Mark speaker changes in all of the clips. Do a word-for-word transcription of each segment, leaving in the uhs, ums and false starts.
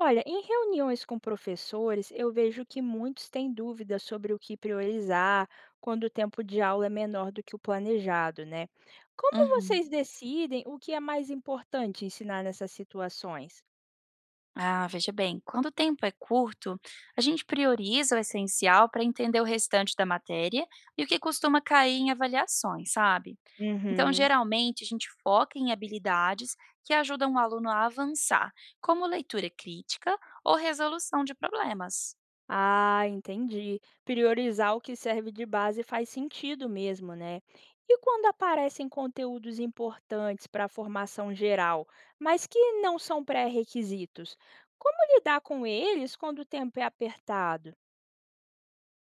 Speaker 1: Olha, em reuniões com professores, eu vejo que muitos têm dúvidas sobre o que priorizar quando o tempo de aula é menor do que o planejado, né? Como
Speaker 2: Uhum.
Speaker 1: vocês decidem o que é mais importante ensinar nessas situações?
Speaker 2: Ah, veja bem, quando o tempo é curto, a gente prioriza o essencial para entender o restante da matéria e o que costuma cair em avaliações, sabe? Então,
Speaker 1: Uhum.
Speaker 2: geralmente, a gente foca em habilidades que ajudam o aluno a avançar, como leitura crítica ou resolução de problemas.
Speaker 1: Ah, entendi. Priorizar o que serve de base faz sentido mesmo, né? E quando aparecem conteúdos importantes para a formação geral, mas que não são pré-requisitos, como lidar com eles quando o tempo é apertado?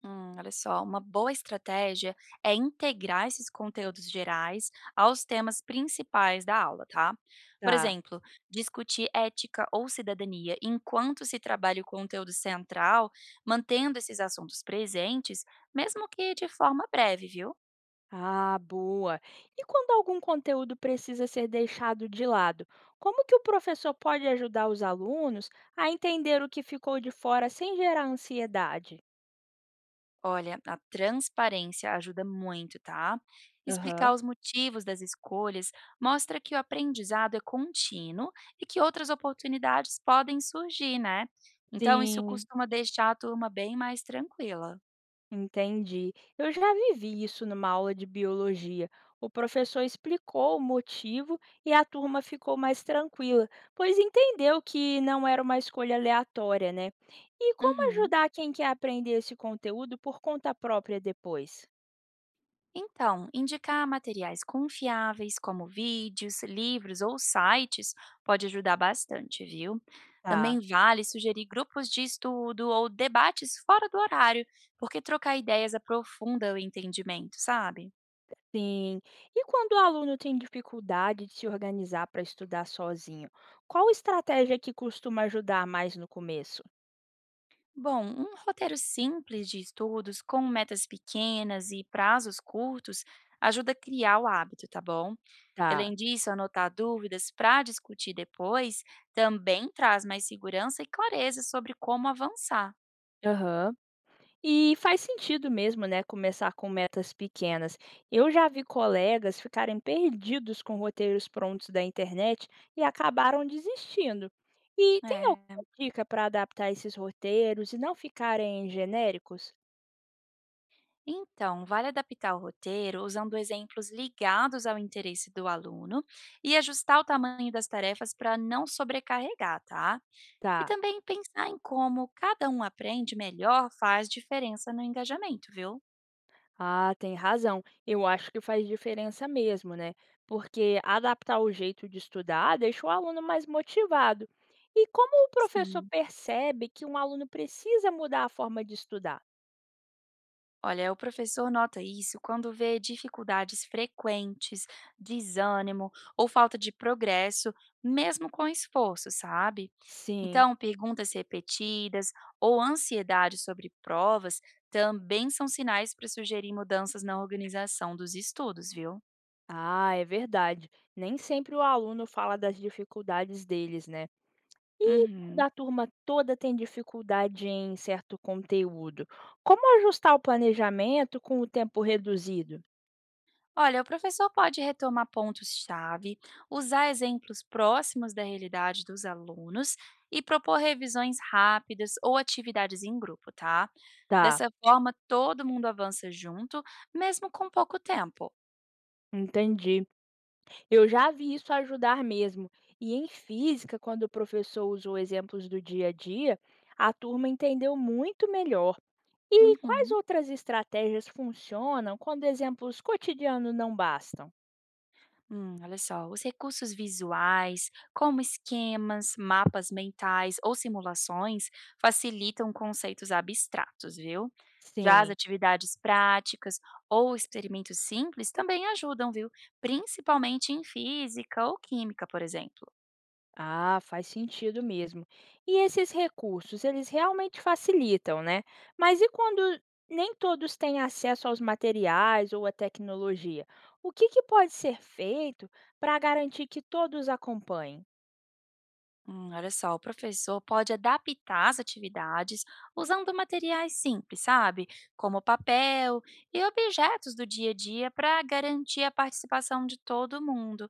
Speaker 2: Hum, olha só, uma boa estratégia é integrar esses conteúdos gerais aos temas principais da aula, tá? Por
Speaker 1: Tá.
Speaker 2: exemplo, discutir ética ou cidadania enquanto se trabalha o conteúdo central, mantendo esses assuntos presentes, mesmo que de forma breve, viu?
Speaker 1: Ah, boa. E quando algum conteúdo precisa ser deixado de lado, como que o professor pode ajudar os alunos a entender o que ficou de fora sem gerar ansiedade?
Speaker 2: Olha, a transparência ajuda muito, tá? Explicar
Speaker 1: Aham.
Speaker 2: os motivos das escolhas mostra que o aprendizado é contínuo e que outras oportunidades podem surgir, né? Então, isso
Speaker 1: Sim.
Speaker 2: costuma deixar a turma bem mais tranquila.
Speaker 1: Entendi. Eu já vivi isso numa aula de biologia. O professor explicou o motivo e a turma ficou mais tranquila, pois entendeu que não era uma escolha aleatória, né? E como
Speaker 2: Uhum.
Speaker 1: ajudar quem quer aprender esse conteúdo por conta própria depois?
Speaker 2: Então, indicar materiais confiáveis, como vídeos, livros ou sites, pode ajudar bastante, viu? Também
Speaker 1: Tá.
Speaker 2: vale sugerir grupos de estudo ou debates fora do horário, porque trocar ideias aprofunda o entendimento, sabe?
Speaker 1: Sim. E quando o aluno tem dificuldade de se organizar para estudar sozinho, qual estratégia que costuma ajudar mais no começo?
Speaker 2: Bom, um roteiro simples de estudos, com metas pequenas e prazos curtos, ajuda a criar o hábito, tá bom?
Speaker 1: Tá.
Speaker 2: Além disso, anotar dúvidas para discutir depois também traz mais segurança e clareza sobre como avançar.
Speaker 1: Aham. E faz sentido mesmo, né, começar com metas pequenas. Eu já vi colegas ficarem perdidos com roteiros prontos da internet e acabaram desistindo. E tem
Speaker 2: É.
Speaker 1: alguma dica para adaptar esses roteiros e não ficarem genéricos?
Speaker 2: Então, vale adaptar o roteiro usando exemplos ligados ao interesse do aluno e ajustar o tamanho das tarefas para não sobrecarregar, tá? E
Speaker 1: Tá.
Speaker 2: também pensar em como cada um aprende melhor faz diferença no engajamento, viu?
Speaker 1: Ah, tem razão. Eu acho que faz diferença mesmo, né? Porque adaptar o jeito de estudar deixa o aluno mais motivado. E como o professor
Speaker 2: Sim.
Speaker 1: percebe que um aluno precisa mudar a forma de estudar?
Speaker 2: Olha, o professor nota isso quando vê dificuldades frequentes, desânimo ou falta de progresso, mesmo com esforço, sabe?
Speaker 1: Sim.
Speaker 2: Então, perguntas repetidas ou ansiedade sobre provas também são sinais para sugerir mudanças na organização dos estudos, viu?
Speaker 1: Ah, é verdade. Nem sempre o aluno fala das dificuldades deles, né? E quando
Speaker 2: Uhum.
Speaker 1: a turma toda tem dificuldade em certo conteúdo, como ajustar o planejamento com o tempo reduzido?
Speaker 2: Olha, o professor pode retomar pontos-chave, usar exemplos próximos da realidade dos alunos e propor revisões rápidas ou atividades em grupo, tá?
Speaker 1: Tá,
Speaker 2: Dessa forma, todo mundo avança junto, mesmo com pouco tempo.
Speaker 1: entendi. Eu já vi isso ajudar mesmo. E em física, quando o professor usou exemplos do dia a dia, a turma entendeu muito melhor. E quais
Speaker 2: Uhum.
Speaker 1: outras estratégias funcionam quando exemplos cotidianos não bastam?
Speaker 2: Hum, olha só, os recursos visuais, como esquemas, mapas mentais ou simulações, facilitam conceitos abstratos, viu? Já as
Speaker 1: Sim.
Speaker 2: atividades práticas ou experimentos simples também ajudam, viu? Principalmente em física ou química, por exemplo.
Speaker 1: Ah, faz sentido mesmo. E esses recursos, eles realmente facilitam, né? Mas e quando nem todos têm acesso aos materiais ou à tecnologia? O que que pode ser feito para garantir que todos acompanhem?
Speaker 2: Hum, olha só, o professor pode adaptar as atividades usando materiais simples, sabe? Como papel e objetos do dia a dia para garantir a participação de todo mundo.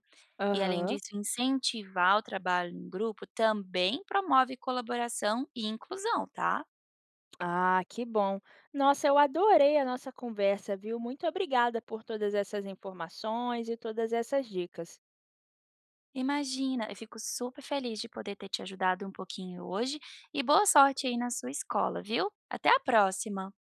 Speaker 2: E além
Speaker 1: Aham.
Speaker 2: disso, incentivar o trabalho em grupo também promove colaboração e inclusão, tá?
Speaker 1: Ah, que bom. Nossa, eu adorei a nossa conversa, viu? Muito obrigada por todas essas informações e todas essas dicas.
Speaker 2: Imagina, eu fico super feliz de poder ter te ajudado um pouquinho hoje e boa sorte aí na sua escola, viu? Até a próxima!